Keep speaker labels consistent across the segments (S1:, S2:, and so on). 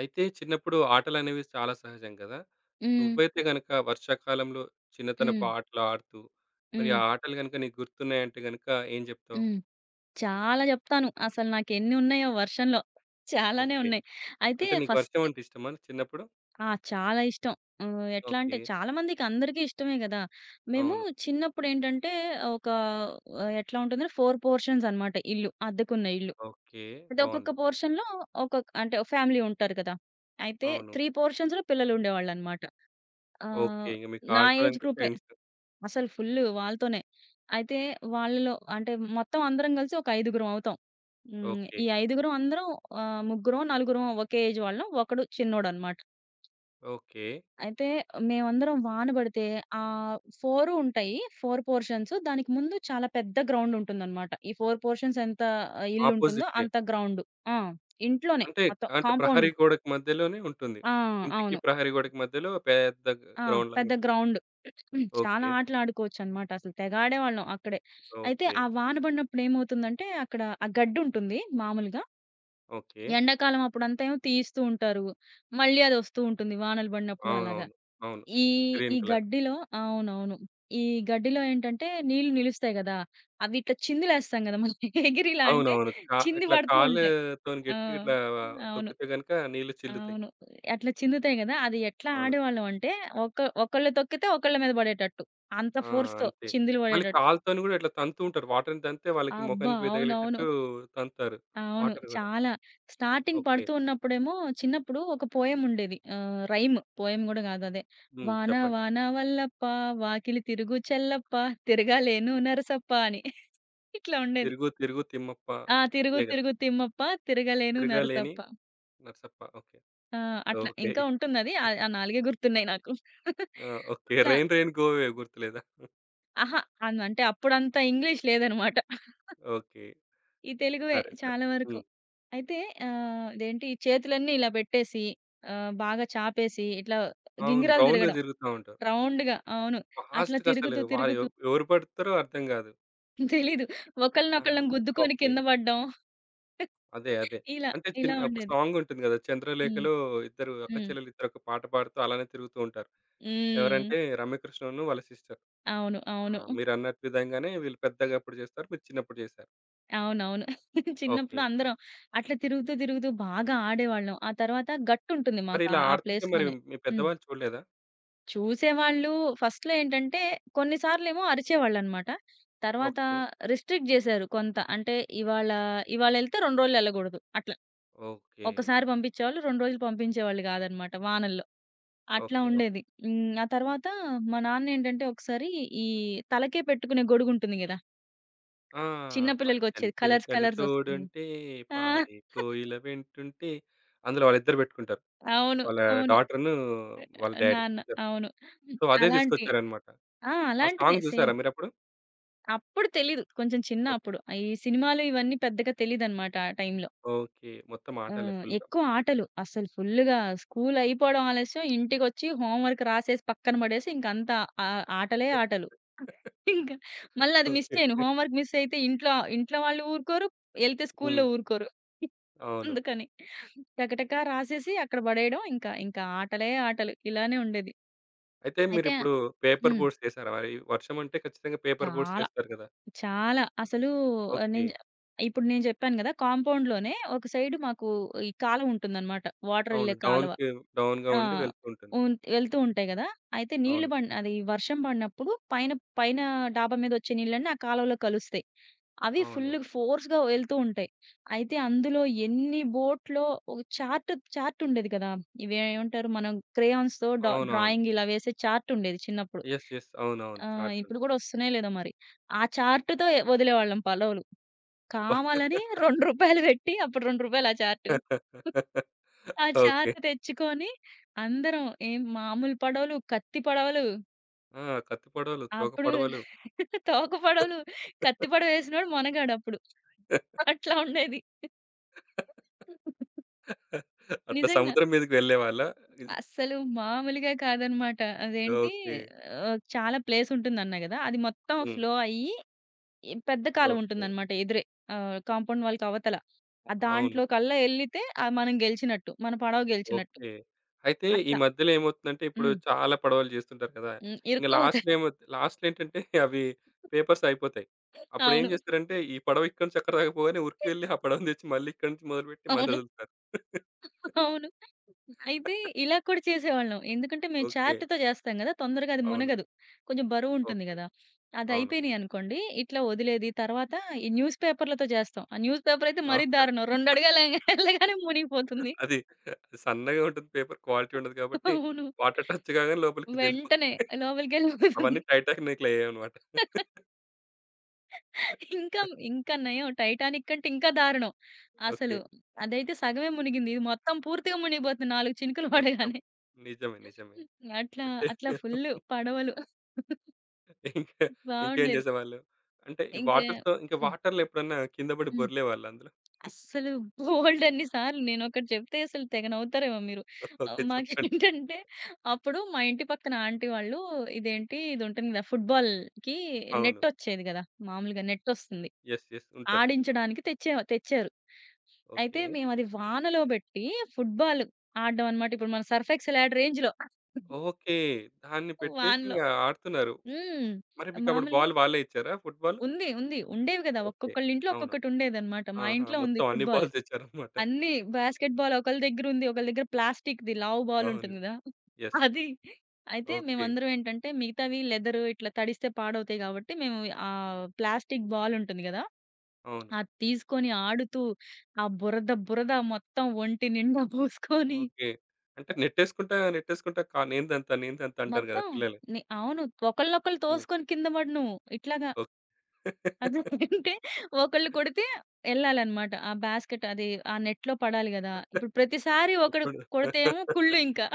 S1: అయితే చిన్నప్పుడు ఆటలనేవి చాలా సహజం కదా!
S2: హ్మ్.
S1: నువ్వైతే గనక వర్షాకాలంలో
S2: హ్మ్.
S1: చిన్నతనపు ఆటలు ఆడుతూ, మరి
S2: హ్మ్.
S1: ఆ ఆటలు గనక నీకు గుర్తున్నాయంటే గనక ఏం జెప్తావు?
S2: హ్మ్. చాలా జెప్తాను. అసలు నాకెన్ని ఉన్నాయో వర్షంలో చాలానే
S1: ఓకే.
S2: ఉన్నాయి. అయితే
S1: అంటే నీకు
S2: ఫస్ట్
S1: వర్షం అంటే ఇష్టమా చిన్నప్పుడు?
S2: ఆ! చాలా ఇష్టం. ఎట్లా అంటే
S1: ఓకే.
S2: చాలా మందికి అందరికీ ఇష్టమే గదా! మేము
S1: అవును.
S2: చిన్నప్పుడేంటంటే ఒక ఎట్లా ఉంటుందంటే 4 పోర్షన్స్ అన్నమాట ఇల్లు. అద్దెకున్న ఇల్లు.
S1: ఓకే.
S2: అయితే ఒక్కొక్క
S1: బావుంది.
S2: పోర్షన్‌లో ఒక్కొక్క అంటే ఫ్యామిలీ ఉంటారు కదా! అయితే
S1: అవును.
S2: 3 పోర్షన్స్‌లో పిల్లలుండేవాళ్ళన్నమాట.
S1: ఓకే.
S2: ఆహ్,
S1: ఇంక మీకు
S2: నా ఏజ్
S1: ఆడుకోవడానికి
S2: గ్రూపే.
S1: ఫ్రెండ్స్.
S2: అసలు ఫుల్లు వాళ్ళతోనే. అయితే వాళ్ళలో అంటే మొత్తం అందరం కలిసి ఒక ఐదుగురం అవుతాం. హ్మ్.
S1: ఓకే.
S2: ఈ ఐదుగురం అందరం ముగ్గురో, నలుగురో ఒకే ఏజ్ వాళ్ళం. ఒకడు చిన్నోడనమాట.
S1: ఓకే.
S2: అయితే మేమందరం వాన పడితే 4 ఉంటాయి. 4 పోర్షన్స్. దానికి ముందు చాలా పెద్ద గ్రౌండ్ ఉంటుందనమాట. ఈ 4 పోర్షన్స్ ఎంత ఇల్లుంటుందో
S1: ఆపోజిటే.
S2: అంత గ్రౌండ్. ఆ! ఇంట్లోనే
S1: అంటే,
S2: మొత్తం
S1: అంటే ప్రహరీ
S2: కాంపౌండ్‌లో.
S1: గోడకి మధ్యలోనే ఉంటుంది.
S2: ఆ!
S1: ఇంటికి,
S2: అవును.
S1: ప్రహరీ గోడకి మధ్యలో పెద్ద
S2: ఆ!
S1: గ్రౌండ్‌లాగా
S2: పెద్ద
S1: ఉంటుంది.
S2: గ్రౌండ్. హ్మ్. చాలా
S1: ఓకే.
S2: ఆటలాడుకోవచ్చనమాట. అసలు తెగ ఆడేవాళ్ళం అక్కడే. అయితే
S1: ఓకే.
S2: ఆ వాన పడినప్పుడు ఏమవుతుందంటే, అక్కడ ఆ గడ్డుంటుంది మామూలుగా.
S1: ఓకే.
S2: ఎండాకాలం అప్పుడంతా ఏమో తీయిస్తూ ఉంటారు. మళ్ళీ అదొస్తూ ఉంటుంది వానలు పడినప్పుడు అలాగా.
S1: అవునవును. అవును.
S2: ఈ ఈ
S1: గ్రీన్ కలర్.
S2: గడ్డిలో అవునవును. ఈ గడ్డిలో ఏంటంటే నీళ్లు నిలుస్తాయి గదా! అవి ఇట్లా చిందులేస్తాం గదా! మనం ఎగిరి ఇలా అంటే
S1: అవునవును. కా
S2: చింది
S1: ఇట్లా
S2: పడుతూ ఉంటాయి.
S1: కాళ్ళతోని
S2: ఆ!
S1: గట్టిగా ఇట్లా
S2: అవును.
S1: తొక్కితే గనుక నీళ్ళు చిల్లుతాయి.
S2: అవును. అట్లా చిందుతాయి గదా! అది ఎట్లా
S1: అవును.
S2: ఆడేవాళ్ళం అంటే ఒక ఒకళ్ళు తొక్కితే ఒకళ్ళ మీద పడేటట్టు. అంత
S1: ఆ!
S2: ఫోర్స్‌తో
S1: అంతే.
S2: చిందులు
S1: మళ్ళీ
S2: పడేటట్టు.
S1: కాళ్ళతోని గూడా ఇట్లా తంతూ ఉంటారు. వాటర్‌ని తంతే వాళ్ళకి
S2: అబ్బా!
S1: మొఖానికి పోయి
S2: అవునవును.
S1: తగిలేటట్టు తంతారు.
S2: అవును.
S1: వాటర్ గూడా.
S2: చాలా. Starting
S1: okay.
S2: పడుతూ ఉన్నప్పుడేమో చిన్నప్పుడు ఒక పోయెమ్ ఉండేది. రైమ్ పోయెమ్ గూడా గాదు అదే.
S1: హ్మ్.
S2: వాన
S1: చెప్పండి.
S2: వాన వల్లప్ప, వాకిలి తిరుగు చల్లప్ప, తిరగలేను నరసప్ప అని. ఇట్లా ఉండేది.
S1: 'తిరుగు తిరుగు తిమ్మప్ప'
S2: ఆ! తిరుగు
S1: ఇదే గదా!
S2: తిరుగు తిమ్మప్ప, తిరగలేను
S1: 'తిరగలేని
S2: నరసప్ప.
S1: నర్సప్ప' ఓకే.
S2: ఆ! అట్లా
S1: ఓకే.
S2: ఇంకా ఉంటుందది. ఆ ఆ 4 గుర్తున్నాయి నాకు.
S1: ఆ! ఓకే.
S2: అట్లా
S1: 'రైన్ రైన్ గోవే' గుర్తులేదా?
S2: అహా! అంటే అప్పుడంత ఇంగ్లీష్ లేదనమాట.
S1: ఓకే.
S2: ఈ తెలుగువే
S1: సరే. సరే.
S2: చాలా వరకు.
S1: హ్మ్.
S2: అయితే ఇదేంటి చేతులన్నీ ఇలా పెట్టేసి బాగా చాపేసి ఇట్లా
S1: అవును.
S2: గింగిరాలు
S1: రౌండ్‌గా
S2: తిరగడం.
S1: తిరుగుతా ఉంటారు.
S2: రౌండ్‌గా అవును. అట్లా
S1: ఫాస్ట్‌గా అసలు
S2: తిరుగుతూ,
S1: వారు
S2: తిరుగుతూ
S1: ఎవరు పడతారో అర్థం గాదు.
S2: తెలీదు.
S1: ఆ!
S2: ఒకళ్ళనొకళ్ళం గుద్దుకొని
S1: ఓకే.
S2: కింద పడ్డం.
S1: అదే. అదే.
S2: ఇలా,
S1: అంటే
S2: ఇలా
S1: ఒక
S2: ఉండేది.
S1: సాంగుంటుంది గదా!
S2: హ్మ్.
S1: 'చంద్రలేఖ'లో ఇద్దరు అక్క
S2: హ్మ్.
S1: చెల్లెలు ఇద్దరొక పాట పాడుతూ అలానే తిరుగుతూ ఉంటారు.
S2: హ్మ్.
S1: ఎవరంటే రమ్యకృష్ణను వాళ్ళ సిస్టర్.
S2: అవును.
S1: ఆ!
S2: అవును.
S1: మీరన్నట్టు విధంగానే వీళ్ళు పెద్దగా అప్పుడు చేస్తారు. మీరు చిన్నప్పుడు చేశారు.
S2: అవునవును. చిన్నప్పుడు
S1: ఓకే.
S2: అందరం అట్లా తిరుగుతూ, తిరుగుతూ బాగా ఆడేవాళ్ళం. ఆ తర్వాత గట్టుంటుంది
S1: మరి
S2: మాకు ఆ
S1: ఇలా
S2: ఆ
S1: ఆడుతుంటే మరి
S2: ప్లేస్‌లోనే.
S1: మీ
S2: హ్మ్.
S1: పెద్దవాళ్ళు చూడలేదా?
S2: చూసేవాళ్ళు ఫస్ట్‌లో ఏంటంటే కొన్ని సార్లేమో అరిచేవాళ్ళనమాట. తర్వాత
S1: ఓకే.
S2: రిస్ట్రిక్ట్ జేశారు కొంత. అంటే ఇవాళ ఇవాళెళ్తే 2 రోజులు ఎళ్ళగూడదు. అట్లా.
S1: ఓకే.
S2: ఒక్కసారి పంపించేవాళ్ళు 2 రోజులు పంపించేవాళ్ళు గాదనమాట వానల్లో. అట్లా
S1: ఓకే. ఓకే.
S2: ఉండేది. హ్మ్. ఆ తర్వాత మా నాన్నేంటంటే ఒకసారి ఈ తలకే పెట్టుకునే గొడుగుంటుంది గదా!
S1: ఆ!
S2: చిన్న
S1: పచ్చని
S2: పిల్లలకొచ్చేది కలర్స్
S1: చిలకలు
S2: కలర్స్ ఒస్తుంది.
S1: తోడుంటే,
S2: ఆ!
S1: పాడే కోయిల వెంటుంటే అందులో వాళ్ళిద్దరు పెట్టుకుంటారు.
S2: అవును.
S1: వాళ్ళ
S2: అవును.
S1: డాటర్‌ను వాళ్ళ డ్యాడీ.
S2: నాన్న. అవును.
S1: సో, అదే
S2: అలాంటి
S1: తీసుకొచ్చారన్నమాట.
S2: ఆ!
S1: ఆ
S2: అలాంటిదే
S1: సాంగ్ చూసారా
S2: సేమ్.
S1: మీరప్పుడు?
S2: అప్పుడు తెలీదు. కొంచెం చిన్న
S1: ఓకే.
S2: అప్పుడు. ఆ ఈ సినిమాలు ఇవన్నీ పెద్దగా తెలీదనమాట ఆ టైంలో.
S1: ఓకే. మొత్తం ఆటలే
S2: హ్మ్.
S1: ఫుల్‌గా.
S2: ఎక్కువ ఆటలు. అసలు ఫుల్లుగా స్కూల్ అయిపోవడం ఆలస్యం. ఇంటికొచ్చి హోంవర్క్ రాసేసి పక్కన పడేసి ఇంకంతా ఆ ఆటలే ఆటలు. ఇంకా మళ్ళీ అది మిస్
S1: ఓకే.
S2: చేయను. హోంవర్క్ మిస్ అయితే ఇంట్లో ఇంట్లో వాళ్ళు ఊరుకోరు. ఎళ్తే స్కూల్‌లో
S1: హ్మ్.
S2: ఊరుకోరు.
S1: అవును.
S2: అందుకని టకటకా రాసేసి అక్కడ పడేయడం. ఇంకా ఇంకా ఆటలే ఆటలు. ఇలానే ఉండేది.
S1: అయితే
S2: అయితే
S1: మీరిప్పుడు పేపర్
S2: హ్మ్.
S1: బోట్స్ చేసారా? మరి వర్షం అంటే ఖచ్చితంగా పేపర్ బోట్స్
S2: చాలా.
S1: చేస్తారు కదా!
S2: చాలా. అసలు ఆహ్,
S1: ఓకే.
S2: నేను చె- ఇప్పుడు నేను జెప్పాను గదా! కాంపౌండ్‌లోనే ఒక సైడ్ మాకు ఈ కాలువ ఉంటుందనమాట. వాటర్ ఎళ్ళే
S1: అవును.
S2: కాలువ.
S1: డౌన్‌కి డౌన్‌గా
S2: ఆ!
S1: ఉండి వెళ్తూ ఉంటుంది.
S2: వెళ్తూ ఉంటాయి గదా! అయితే నీళ్లు
S1: అవును.
S2: బడిన అది వర్షం బడినప్పుడు పైన పైన డాబా మీదొచ్చే నీళ్ళన్నీ ఆ కాలువలో కలుస్తాయి. అవి ఫుల్
S1: అవును.
S2: ఫోర్స్‌గా వెళ్తూ ఉంటాయి. అయితే అందులో ఎన్ని బోట్‌లో ఒక చార్ట్ చార్ట్ ఉండేది గదా! ఇవేమంటారు మనం క్రేయాన్స్‌తో
S1: అవునవును.
S2: డ్రాయింగ్ ఇలా వేసే చార్ట్ ఉండేది చిన్నప్పుడు.
S1: యెస్. యెస్. అవునవును.
S2: ఆ!
S1: చార్ట్
S2: ఇప్పుడు
S1: ఉంటుంది.
S2: గూడా ఒస్తున్నాయో లేదో మరి. ఆ చార్ట్‌తో వదిలేవాళ్ళం పలోలు.
S1: అబ్బా!
S2: కావాలని రూ. 2 పెట్టి అప్పుడు రూ. 2 ఆ చార్ట్. ఆ
S1: ఓకే.
S2: చార్ట్ తెచ్చుకొని అందరం ఏం మామూలు పడవలు, కత్తి పడవలు
S1: ఆ! కత్తి పడవలు, తోక
S2: అప్పుడు
S1: పడవలు.
S2: తోక పడవలు, కత్తి పడవ ఏసినోడు మొనగాడప్పుడు. అట్లా ఉండేది.
S1: అట్లా
S2: నిజంగా.
S1: సముద్రం మీదకి వెళ్ళేవాళ్ళా? ఇది
S2: అస్సలు మామూలుగా కాదనమాట. అదేంటి
S1: ఓకే.
S2: చాలా ప్లేస్ ఉంటుందన్నా గదా! అది మొత్తం
S1: హ్మ్.
S2: ఫ్లో అయ్యి ఈ పెద్ద
S1: ఓకే.
S2: కాలువుంటుందనమాట ఎదురే. కాంపౌండ్ వాల్‌కి అవతల.
S1: అవును.
S2: దాంట్లో కల్లా ఎళ్ళితే మనం గెలిచినట్టు. మన పడవ గెలిచినట్టు.
S1: ఓకే. అయితే ఈ
S2: అట్లా.
S1: మధ్యలో ఏమవుతుందంటే, ఇప్పుడు
S2: హ్మ్.
S1: చాలా పడవలు జేస్తుంటారు కదా!
S2: హ్మ్.
S1: ఇంక
S2: ఇరుక్కుపోతాయి.
S1: లాస్ట్‌లో ఏమో లాస్ట్‌లో ఏంటంటే అవి పేపర్స్ అయిపోతాయి. అప్పుడేం
S2: అవును.
S1: జేస్తారంటే, ఈ పడవ ఇక్కడి నుంచి అక్కడ దాకా పోగానే ఉరికి వెళ్లి ఆ పడవని తెచ్చి మళ్ళీ ఇక్కడి నుంచి మొదలుపెట్టి మళ్ళీ
S2: అవును.
S1: వదులుతారు.
S2: అవును. అయితే ఇలా కూడా చేసేవాళ్ళం. ఎందుకంటే మేము
S1: ఓకే.
S2: చార్ట్‌తో చేస్తాం గదా! తొందరగా అది
S1: అవును.
S2: మునగదు. కొంచెం బరువుంటుంది
S1: ఓకే.
S2: గదా!
S1: అవును.
S2: అదయిపోయినియనుకోండి ఇట్లా వదిలేది. తర్వాత ఈ న్యూస్ పేపర్‌లతో చేస్తాం. ఆ న్యూస్ పేపరయితే
S1: ఆ!
S2: మరీ దారుణం. 2 అడుగులు ఎళ్ళగానే మునిగిపోతుంది.
S1: అది అది సన్నగా ఉంటుంది పేపర్. క్వాలిటీ ఉండదు కాబట్టి
S2: అవును.
S1: వాటర్ టచ్ కాగానే లోపలికి దెలిపోతాయి.
S2: వెంటనే లోపలికెళ్ళిపోతుంది.
S1: అవన్నీ టైటానిక్‌లయ్యాయన్నమాట.
S2: ఇంకా ఇంకా నయం 'టైటానిక్' కంటే ఇంకా దారుణం. అసలు
S1: ఓకే.
S2: అదైతే సగమే మునిగింది. ఇది మొత్తం పూర్తిగా మునిగిపోతుంది 4 చినుకులు
S1: మొత్తం
S2: పడగానే.
S1: నిజమే. నిజమే.
S2: అట్లా అట్లా
S1: అంటే
S2: ఫుల్లు పడవలు
S1: ఇంకా ఇంకేం
S2: బావుండేది.
S1: చేసేవాళ్ళు? అంటే ఈ
S2: ఇంకా
S1: వాటర్‌తో ఇంక
S2: హ్మ్.
S1: వాటర్‌లో ఎప్పుడన్నా కింద పడి
S2: హ్మ్.
S1: బొర్లేవాళ్ళా అందులో?
S2: అస్సలు బోలెడన్ని సార్లు నేనొకటి చెప్తే అసలు తెగ నవ్వుతారేమో మీరు.
S1: ఓకే. చెప్పండి.
S2: మాకేంటంటే అప్పుడు మా ఇంటి పక్కన ఆంటీ వాళ్ళు ఇదేంటి ఇది ఉంటుంది కదా! ఫుట్‌బాల్‌కి
S1: అవును.
S2: నెట్టొచ్చేది కదా! మామూలుగా నెట్టొస్తుంది.
S1: యెస్. యెస్. ఉంటది.
S2: ఆడించడానికి తెచ్చే తెచ్చారు. అయితే
S1: ఓకే.
S2: మేమది వానలో బెట్టి ఫుట్‌బాల్ ఆడ్డం అనమాట. ఇప్పుడు మన సర్ఫ్ ఎక్సెల్ ఆడే రేంజ్‌లో.
S1: ఓకే. దాన్ని పెట్టేసి
S2: వానలో.
S1: ఇంగ ఆడుతున్నారు.
S2: హ్మ్.
S1: మరి మీకప్పుడు
S2: మామూలుగా
S1: బాల్ వాళ్ళే ఇచ్చారా ఫుట్‌బాల్?
S2: ఉంది. ఉంది. ఉండేవి గదా!
S1: ఓకే.
S2: ఒక్కొక్కళ్ళ ఇంట్లో
S1: అవును.
S2: ఒక్కొక్కటుండేదనమాట. మా
S1: ఆహా!
S2: ఇంట్లో ఉంది
S1: మొత్తం అన్ని
S2: ఫుట్‌బాల్.
S1: బాల్స్ తెచ్చారన్నమాట.
S2: అన్నీ బాస్కెట్ బాల్ ఒకళ్ళ దగ్గరుంది. ఒకళ్ళ దగ్గర ప్లాస్టిక్‌ది లావు బాలుంటుంది
S1: అవును.
S2: గదా!
S1: యెస్.
S2: అది. అయితే
S1: ఓకే.
S2: మేమందరం ఏంటంటే మిగతావి లెదరు ఇట్లా తడిస్తే పాడవుతాయి గాబట్టి మేము ప్లాస్టిక్ బాలుంటుంది గదా!
S1: అవును.
S2: అది తీసుకొని ఆడుతూ ఆ బురద మొత్తం ఒంటి నిండా పోసుకొని
S1: ఓకే. అంటే నెట్టేసుకుంటా, నెట్టేసుకుంటా కా నేందంతా, నేందంతా అంటారు గదా!
S2: మొత్తం
S1: పిల్లలు.
S2: అవును. ఒకళ్ళనొకళ్ళు
S1: హ్మ్.
S2: తోసుకొని కింద పడు నువ్వు. ఇట్లాగా
S1: ఓకే.
S2: అది అంటే ఒకళ్ళు కొడితే ఎళ్ళాలన్నమాట. ఆ బాస్కెట్ అది ఆ నెట్‌లో పడాలి గదా! ఇప్పుడు ప్రతిసారి ఒకడు
S1: ఇప్పుడు
S2: కొడితే ఏమో కుళ్ళు ఇంకా.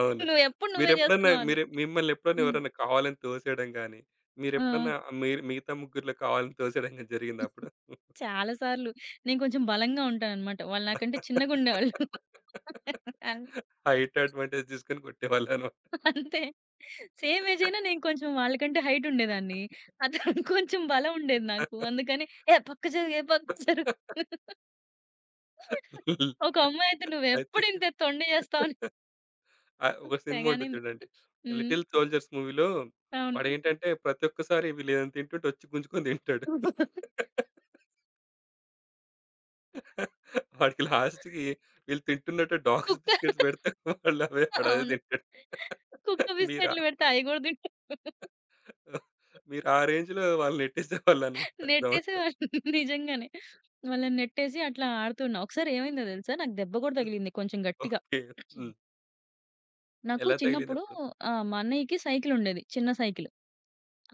S1: అవును.
S2: నువ్వెప్పుడు నువ్వే
S1: మీరెప్పుడన్నా
S2: జేస్తున్నావు అని.
S1: మీరు మిమ్మల్ని ఎప్పుడన్నా
S2: హ్మ్.
S1: ఎవరైనా కావాలని తోసేయడం గాని,
S2: ఆ!
S1: మీరెప్పుడన్నా మీరు మిగతా ముగ్గురిలో కావాలని తోసేయడం గాని జరిగిందా అప్పుడు?
S2: చాలా సార్లు. నేను కొంచెం బలంగా ఉంటానన్నమాట. వాళ్ళు నాకంటే చిన్నగుండేవాళ్ళు. అన్
S1: హైట్ అడ్వాంటేజ్ తీసుకొని కొట్టేవాళ్ళనమాట.
S2: అంతే. సేమ్ ఏజ్ అయినా నేను కొంచెం వాళ్ళకంటే హైట్ ఉండేదాన్ని. అతనికి కొంచెం బలం ఉండేది నాకు. అందుకని ఏ పక్క జరుగు, ఏ పక్క జరుగు. ఒక అమ్మాయితే
S1: అయితే
S2: "నువ్వెప్పుడు ఇంత తొండి చేస్తావు" అని
S1: ఒక సినిమా ఉంటది
S2: తెగనింది.
S1: చూడండి.
S2: హ్మ్.
S1: 'లిటిల్ సోల్జర్స్' మూవీలో
S2: అవును.
S1: వాడేంటంటే ప్రతి ఒక్కసారి వీళ్ళేదైనా తింటుంటే వచ్చి గుంజుకొని తింటాడు. వాడికి లాస్ట్‌కి వీళ్ళు తింటున్నట్టు డాగ్స్
S2: కుక్క
S1: బిస్కెట్స్ పెడితే వాళ్ళు అవే వాడదే
S2: అవును.
S1: తింటాడు.
S2: కుక్క
S1: మీరా
S2: బిస్కెట్లు పెడితే అయి గూడా తింటారు.
S1: మీరు ఆ రేంజ్‌లో వాళ్ళని నెట్టేసేవాళ్ళనమాట గ్రౌండ్‌లో.
S2: నెట్టేసేవాళ్ళు నిజంగానే. వాళ్ళని నెట్టేసి అట్లా ఆడుతున్నా. ఒకసారి ఏమైందో తెలుసా? నాకు దెబ్బ కూడా తగిలింది కొంచెం గట్టిగా.
S1: ఓకే. హ్మ్.
S2: నాకు
S1: ఎలా
S2: చిన్నప్పుడు
S1: తగిలిందప్పుడు?
S2: మా అన్నయ్యకి సైకిల్ ఉండేది. చిన్న సైకిల్.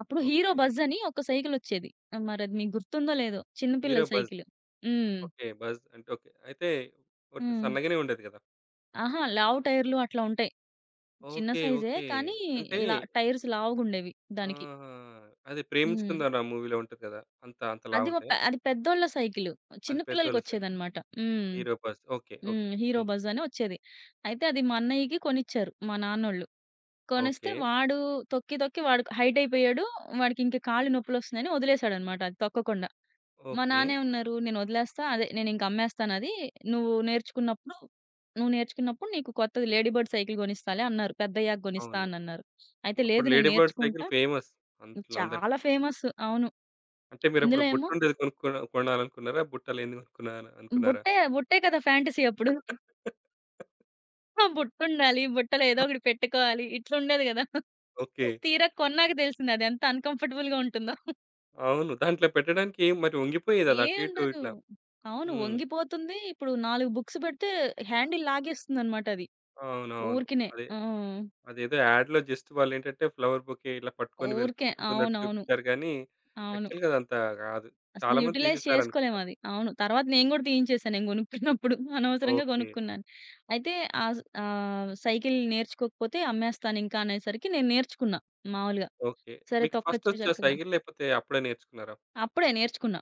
S2: అప్పుడు హీరో
S1: ఓకే.
S2: బజ్ అని ఒక సైకిల్ వచ్చేది. మరి అది మీకు గుర్తుందో లేదో? చిన్న
S1: హీరో
S2: పిల్లల
S1: 'బజ్.'
S2: సైకిల్. హ్మ్.
S1: ఓకే. 'బజ్' అంటే ఓకే. అయితే కొంచెం
S2: హ్మ్.
S1: సన్నగానే ఉండేది కదా!
S2: అహా! లావు టైర్‌లు అట్లా ఉంటాయి. చిన్న
S1: ఓకే.
S2: సైజే.
S1: ఓకే.
S2: కానీ
S1: అంటే
S2: టైర్స్ లావుగుండేవి దానికి.
S1: ఆహా! అదే
S2: హ్మ్.
S1: 'ప్రేమించుకుందాం రా' మూవీలో ఉంటది కదా! అంత అంత
S2: అది ఒ పె
S1: లావుంటాయా?
S2: అది పెద్దోళ్ళ సైకిలు. చిన్న
S1: అది పెద్దోళ్ళ సైజ్.
S2: పిల్లలకొచ్చేదనమాట. హ్మ్.
S1: Hero 'buzz.' ఓకే. ఓకే.
S2: హ్మ్. హీరో
S1: హ్మ్.
S2: బజ్ అని వచ్చేది. అయితే అది మా అన్నయ్యకి కొనిచ్చారు మా నాన్నోళ్ళు. కొనిస్తే
S1: ఓకే.
S2: వాడు తొక్కి తొక్కి వాడు హైట్ అయిపోయాడు. వాడికి ఇంక కాళ్ళు నొప్పులొస్తున్నాయని వదిలేసాడనమాట అది తొక్కకుండా. మా
S1: ఓకే.
S2: నాన్న ఏమన్నారు, "నేను వదిలేస్తా. అదే నేనింక అమ్మేస్తానది. నువ్వు నేర్చుకున్నప్పుడు నువ్వు నేర్చుకున్నప్పుడు నీకు కొత్తది లేడీ బర్డ్ సైకిల్ కొనిస్తాలే" అన్నారు. "పెద్దయ్యాక కొనిస్తా"
S1: అవును.
S2: అనన్నారు. అయితే లేదు
S1: అప్పుడు
S2: నేను
S1: లేడీ బర్డ్ సైకిల్
S2: నేర్చుకుంటా
S1: ఫేమస్ అంట్లో అందరికి.
S2: చాలా ఫేమస్. అవును.
S1: అంటే మీరప్పుడు
S2: ఇందులో ఏమో
S1: బుట్టుండేది కొనుక్కున కొనాలనుకున్నారా? బుట్ట లేనిది కొనుక్కున్నారా అనుకున్నారా?
S2: బుట్టే, బుట్టే కదా ఫ్యాంటసీ అప్పుడు. ఆ బుట్టుండాలి. బుట్టలో ఏదో ఒకటి పెట్టుకోవాలి. ఇట్లుండేది గదా!
S1: ఓకే.
S2: తీరా కొన్నాక తెలిసింది అది ఎంత అన్‌కంఫర్టబుల్‌గా ఉంటుందో.
S1: అవును. దాంట్లో పెట్టడానికి మరి వంగిపోయేదది అటు ఇటు
S2: ఏముండదు.
S1: ఇట్లా.
S2: అవును.
S1: హ్మ్.
S2: వంగిపోతుంది. ఇప్పుడు 4 బుక్స్ పెడితే హ్యాండిల్ లాగేస్తుందన్నమాట అది.
S1: అవునవును.
S2: ఊరికినే.
S1: అదే.
S2: ఆ!
S1: అదేదో యాడ్‌లో జస్ట్ వాళ్ళేంటంటే ఫ్లవర్ బొకే ఇలా పట్టుకొని
S2: ఊరికే.
S1: తొక్కుతున్నట్టు
S2: అవునవును. అవును.
S1: చూపించారు గానీ,
S2: అవును, అవును.
S1: యాక్చువల్‌గా అదంతా కాదు.
S2: అసలు
S1: చాలా మంది
S2: యుటిలైజ్
S1: తీసేసారనుకుంటా.
S2: చేసుకోలేమది. అవును. తర్వాత నేను గూడా తీయించేశాను. నేను గొనుక్కున్నప్పుడు అనవసరంగా
S1: ఓకే.
S2: గొనుక్కున్నాను. అయితే సైకిల్ నేర్చుకోకపోతే అమ్మేస్తానింకా అనేసరికి నేను నేర్చుకున్నా మామూలుగా.
S1: ఓకే.
S2: సరే
S1: మీకు
S2: తొక్కచ్చు
S1: ఫస్టొచ్చా
S2: చక్కగా.
S1: సైకిల్ లేకపోతే అప్పుడే నేర్చుకున్నారా?
S2: అప్పుడే నేర్చుకున్నా.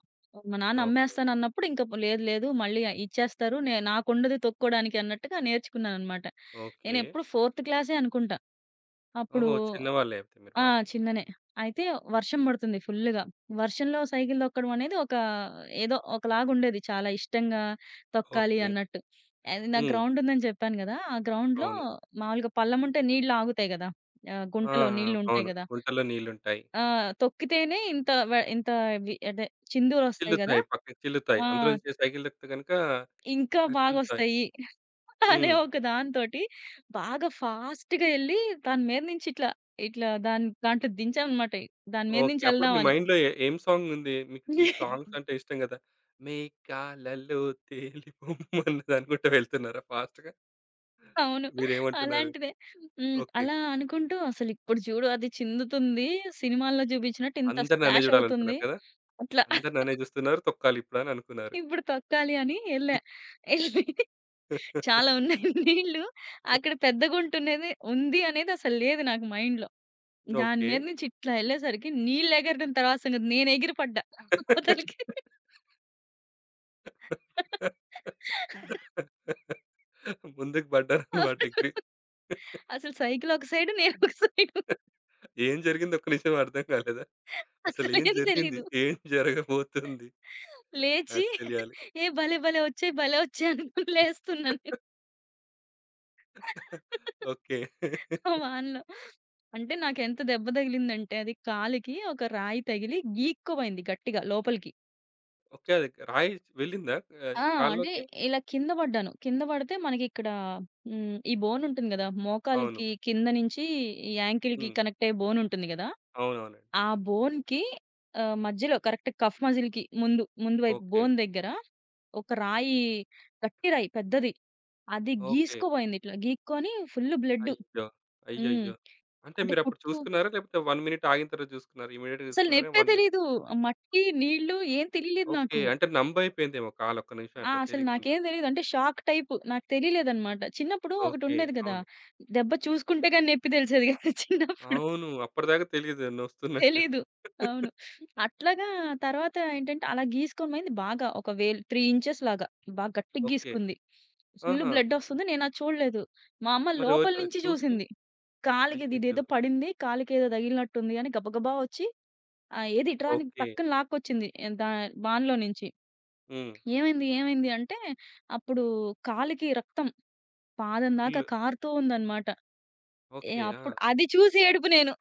S2: మా నాన్న
S1: ఓకే.
S2: అమ్మేస్తానన్నప్పుడు ఇంక లేదు లేదు మళ్ళీ ఇచ్చేస్తారు. నాకుండదు తొక్కోడానికి అన్నట్టుగా నేర్చుకున్నాననమాట.
S1: ఓకే.
S2: నేనెప్పుడు ఫోర్త్ క్లాసే అనుకుంటా. అప్పుడు
S1: ఓహో! చిన్నవాళ్ళే అయితే మీరు
S2: ఆ!
S1: బాగా.
S2: చిన్ననే. అయితే వర్షం పడుతుంది ఫుల్లుగా. వర్షంలో సైకిల్ తొక్కడం అనేది ఒక ఏదో ఒకలాగుండేది. చాలా ఇష్టంగా తొక్కాలి
S1: ఓకే.
S2: అన్నట్టు. అది నాకు
S1: హ్మ్.
S2: గ్రౌండ్ ఉందని చెప్పాను గదా! ఆ గ్రౌండ్‌లో
S1: అవును.
S2: మామూలుగా పళ్ళెముంటే నీళ్ళు ఆగుతాయి గదా!
S1: ఆ!
S2: గుంటలో నీళ్ళుంటాయి
S1: అవును.
S2: గదా!
S1: గుంటలో నీళ్లుంటాయి.
S2: ఆ! తొక్కితేనే ఇంత వ ఇంత అదే చిందులొస్తాయి గదా!
S1: చిల్లుతాయి. పక్కకి చిల్లుతాయి.
S2: ఆ!
S1: అందులోంచి సైకిల్ తొక్కితే గనుక
S2: ఇంకా
S1: చిల్లుతాయి.
S2: బాగొస్తాయి అనే
S1: హ్మ్.
S2: ఒక దాంతోటి బాగా ఫాస్ట్‌గా ఎళ్లి దాని మీద నుంచి ఇట్లా, ఇట్లా దాన్ని దాంట్లో దించామనమాట. దాని మీద
S1: ఓకే.
S2: నుంచి
S1: అప్పుడు మీ
S2: ఎళ్దామని.
S1: మైండ్‌లో ఏం సాంగుంది? మీకు మీకు సాంగ్స్ అంటే ఇష్టం గదా! మేఘాలలో తేలి పొమ్మన్నది అనుకుంటా వెళ్తున్నారా ఫాస్ట్‌గా?
S2: అవును.
S1: మీరేమంటున్నారు?
S2: అలాంటిదే. హ్మ్.
S1: ఓకే.
S2: అలా అనుకుంటూ అసలిప్పుడు చూడు అది చిందుతుంది. సినిమాల్లో చూపించినట్టు ఇంత
S1: అందరూ నన్నే
S2: స్ప్లాష్ అవుతుంది.
S1: జూడాలనుకున్నారు కదా!
S2: అట్లా
S1: అందరూ నన్నే జూస్తున్నారు. తొక్కాలి ఇప్పుడు అని అనుకున్నారు.
S2: ఇప్పుడు తొక్కాలి అని ఎళ్ళా. ఎళ్ళి చాలా ఉన్నాయి నీళ్ళు. అక్కడ పెద్దగుంటున్నది ఉంది అనేది అసలు లేదు నాకు మైండ్‌లో. దాని
S1: ఓకే.
S2: మీద నుంచి ఇట్లా ఎళ్ళేసరికి నీళ్ళు ఎగరడం తర్వాత సంగతి నేను ఎగిరి పడ్డా అవతలకి.
S1: ముందుకు పడ్డారన్నమాట.
S2: అప్పుడు
S1: ఎగిరి.
S2: అసలు సైకిల్ ఒక సైడు, నేను ఒక సైడు.
S1: ఏం జరిగింది ఒక్క నిమిషం అర్థం కాలేదా? అసలేం
S2: అసలేం
S1: జరిగింది?
S2: తెలీదు.
S1: ఏం జరగబోతుంది?
S2: లేచి
S1: నాకు తెలియాలి.
S2: భలే! భలే! వచ్చాయి, భలే! వచ్చాయి అనుకుని లేస్తున్నా నేను.
S1: ఓకే.
S2: ఆ వానలో. అంటే నాకెంత దెబ్బ తగిలిందంటే అది కాలికి ఒక రాయి తగిలి గీక్కుపోయింది గట్టిగా లోపలికి.
S1: ఓకే. అది రాయి వెళ్ళిందా
S2: ఆ! అంటే
S1: కాల్లోకి?
S2: ఇలా కింద పడ్డాను. కింద పడితే మనకిక్కడ హ్మ్, ఈ బోన్ ఉంటుంది గదా!
S1: అవును.
S2: మోకాలికి కింద నుంచి ఈ యాంకిల్‌కి
S1: హ్మ్.
S2: కనెక్ట్ అయ్యే బోన్ ఉంటుంది గదా!
S1: అవునవునండి.
S2: ఆ బోన్‌కి మధ్యలో కరెక్ట్ కఫ్ మజిల్‌కి ముందు వైపు
S1: ఓకే.
S2: బోన్ దగ్గర ఒక రాయి గట్టి రాయి పెద్దది. అది
S1: ఓకే.
S2: గీసుకోబోయింది ఇట్లా. గీక్కొని ఫుల్ బ్లడ్.
S1: అయ్యో!
S2: హ్మ్.
S1: అయ్యయ్యో! అంటే
S2: అంటే
S1: మీరప్పుడు
S2: కుట్లు
S1: చూసుకున్నారా? లేకపోతే 1 మినిట్ ఆగిన తర్వాత చూసుకున్నారా? ఇమ్మీడియేట్‌గా
S2: అసలు
S1: చూసుకున్నారా?
S2: నొప్పే
S1: 1 మినిట్.
S2: తెలీదు. మట్టి, నీళ్ళు ఏం తెలీలేదు
S1: ఓకే.
S2: నాకు.
S1: అంటే నంబయిపోయిందేమో కాలు ఒక్క నిమిషం
S2: ఆ!
S1: అట్లా
S2: అసలు
S1: తెలియకుండా.
S2: నాకేం తెలీదు. అంటే షాక్ టైప్. నాకు తెలియలేదనమాట. చిన్నప్పుడు
S1: ఓకే.
S2: ఒకటుండేది కదా!
S1: అవును.
S2: దెబ్బ చూసుకుంటే గాని నొప్పి తెలిసేది కాదు. చిన్నప్పుడు
S1: అవును. అప్పటిదాకా తెలీదు నొస్తున్నట్టు.
S2: తెలీదు. అవును. అట్లాగా తర్వాత ఏంటంటే అలా గీసుకొని పోయింది బాగా. ఒక వేలు 3 ఇంచెస్ లాగా. బాగా గట్టిగా
S1: ఓకే.
S2: గీసుకుంది. ఫుల్
S1: ఆహా!
S2: బ్లడ్ ఒస్తుంది. నేనది చూడలేదు. మా అమ్మ
S1: మరి
S2: లోపల
S1: ఎవరు
S2: నుంచి
S1: చూసి
S2: చూసింది. కాలికిది
S1: అయ్యయ్యో!
S2: ఇదేదో పడింది. కాలికేదో తగిలినట్టుంది అని గబగబా వచ్చి ఏది ఇట్రా అని
S1: ఓకే.
S2: పక్కన లాక్కొచ్చింది. ఏ దా వానలో నుంచి.
S1: హ్మ్.
S2: ఏమైంది? ఏమైంది? అంటే అప్పుడు కాలికి రక్తం పాదం దాకా
S1: ఇల్లు.
S2: కారుతూ ఉందన్నమాట.
S1: ఓకే. ఆ!
S2: అప్పుడు అది చూసి ఏడుపు నేను.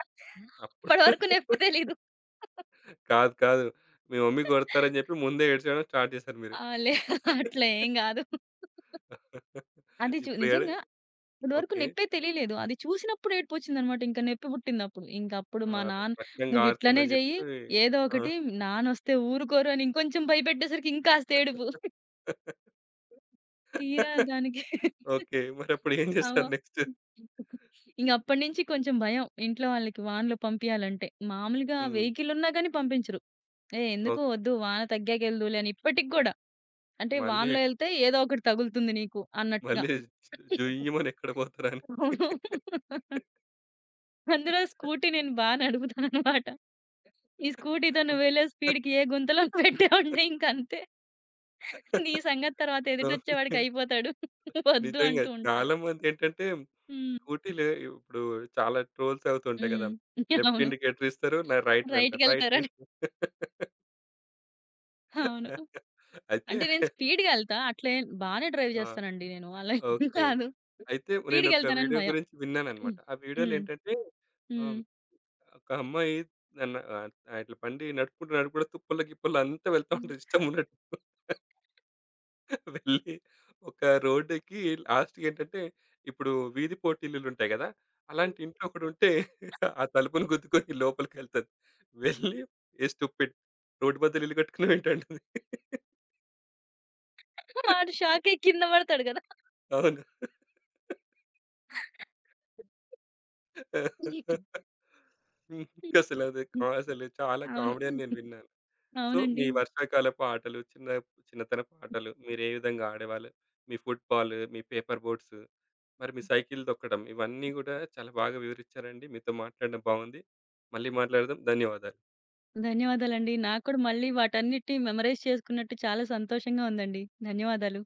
S1: అప్పుడు
S2: అప్పటి వరకు నొప్పి తెలీదు.
S1: కాదు. కాదు. మీ మమ్మీ కొడతారని జెప్పి ముందే ఏడ్చడం స్టార్ట్ చేశారు మీరు.
S2: ఆ! అట్లా ఏం గాదు. అది చూ
S1: ఇప్పుడు ఏడు
S2: నిజంగా ఇప్పటివరకు
S1: ఓకే.
S2: నొప్పే తెలియలేదు. అది చూసినప్పుడు ఏడుపొచ్చిందనమాట. ఇంక నొప్పి పుట్టిందప్పుడు. ఇంకప్పుడు
S1: ఆ!
S2: మా నాన్న
S1: రక్తం
S2: "నువ్విట్లనే
S1: గారుతుందని
S2: జెయ్యి,
S1: జెప్పి
S2: ఏదో
S1: ఆ!
S2: ఒకటి నాన్నొస్తే ఊరుకోరు" అని ఇంకొంచెం భయపెట్టేసరికి ఇంకాస్త ఏడుపు. తీరా దానికి
S1: ఓకే. మరప్పుడు ఏం చేశారు
S2: అవ
S1: నెక్స్ట్?
S2: ఇంగప్పటి నుంచి కొంచెం భయం. ఇంట్లో వాళ్ళకి వాన్లో పంపియాలంటే. మామూలుగా
S1: హ్మ్.
S2: వెహికలున్నా గాని పంపించరు. "ఏయ్! ఎందుకు
S1: ఓకే.
S2: వద్దు వాన తగ్గాకెళ్దువులే" అని ఇప్పటికి గూడా. అంటే
S1: మళ్ళీ
S2: "వానలో
S1: ఎక్
S2: యెళ్తే ఏదో ఒకటి తగులుతుంది నీకు" అన్నట్టుగా.
S1: మళ్ళీ జుయ్యమని ఎక్కడ పోతారని.
S2: అవును. అందులో స్కూటీ నేను నడుపుతాననమాట. ఈ స్కూటీతో నువ్వెళ్ళే స్పీడ్‌కి ఏ గుంతలో పెట్టావంటే ఇంకంతే. నీ సంగతి తర్వాత ఎదుటొచ్చేవాడికి
S1: ఓకే.
S2: అయిపోతాడు. వద్దు
S1: నిజంగా
S2: అంటూ ఉంటారు.
S1: చాలామందేంటంటే
S2: హ్మ్.
S1: స్కూటీ‌లు ఇప్పుడు చాలా ట్రోల్స్ అవుతుంటాయి కదా!
S2: హ్మ్.
S1: లెఫ్ట్
S2: అవును.
S1: ఇండికేటర్ ఇస్తారు. నా రైట్ వెళ్తారు. రైట్
S2: రైట్‌కెళ్తారని.
S1: ఇండి
S2: అవును.
S1: అయితే
S2: అంటే నేను స్పీడ్‌గా ఎళ్తా. అట్లేం బానే డ్రైవ్
S1: ఆ!
S2: చేస్తానండి నేను. అలా ఏం
S1: ఓకే.
S2: కాదు.
S1: అయితే నేనొక
S2: స్పీడ్‌గెళ్తానని
S1: వీడియో
S2: భయం.
S1: గురించి
S2: హ్మ్.
S1: విన్నానన్నమాట. ఆ వీడియోలో
S2: హ్మ్.
S1: ఏంటంటే
S2: హ్మ్.
S1: ఆహ్, ఒక అమ్మాయి నన్ను ఇట్లా బండి నడుపుకుంటూ, నడుపుకుంటూ తుప్పల్లో, గిప్పల్లో అంతా వెళ్తా ఉంటది ఇష్టం ఉన్నట్టు. వెళ్ళి ఒక రోడ్డుకి లాస్ట్‌కేంటంటే, ఇప్పుడు వీధి పోటీలులుంటాయి గదా! అలాంటి ఇంట్లో ఒకడుంటే ఆ తలుపుని గుద్దుకొని లోపలికెళ్తది. వెళ్ళి "ఏ స్టూపిడ్ రోడ్డు మధ్యలో ఇల్లు కట్టుకున్నావేంటంటది.
S2: వాడు షాకయి కింద పడతాడు గదా!
S1: అవును. హ్మ్.
S2: హ్మ్.
S1: అసలది అసలు చాలా
S2: అవును.
S1: కామెడీ అని నేను విన్నాను. సో,
S2: అవునండి.
S1: మీ వర్షాకాలపు ఆటలు, చిన్నతనపు ఆటలు మీరు ఏ విధంగా ఆడేవాళ్ళు? మీ ఫుట్‌బాల్, మీ పేపర్ బోట్స్, మరి మీ సైకిల్ తొక్కడం ఇవన్నీ గూడా చాలా బాగా వివరించారండి. మీతో మాట్లాడడం బాగుంది. మళ్ళీ మాట్లాడదాం. ధన్యవాదాలు.
S2: ధన్యవాదాలండి. నాకు కూడా మళ్ళీ వాటన్నిటిని మెమరైజ్ చేసుకున్నట్టు చాలా సంతోషంగా ఉందండి. ధన్యవాదాలు.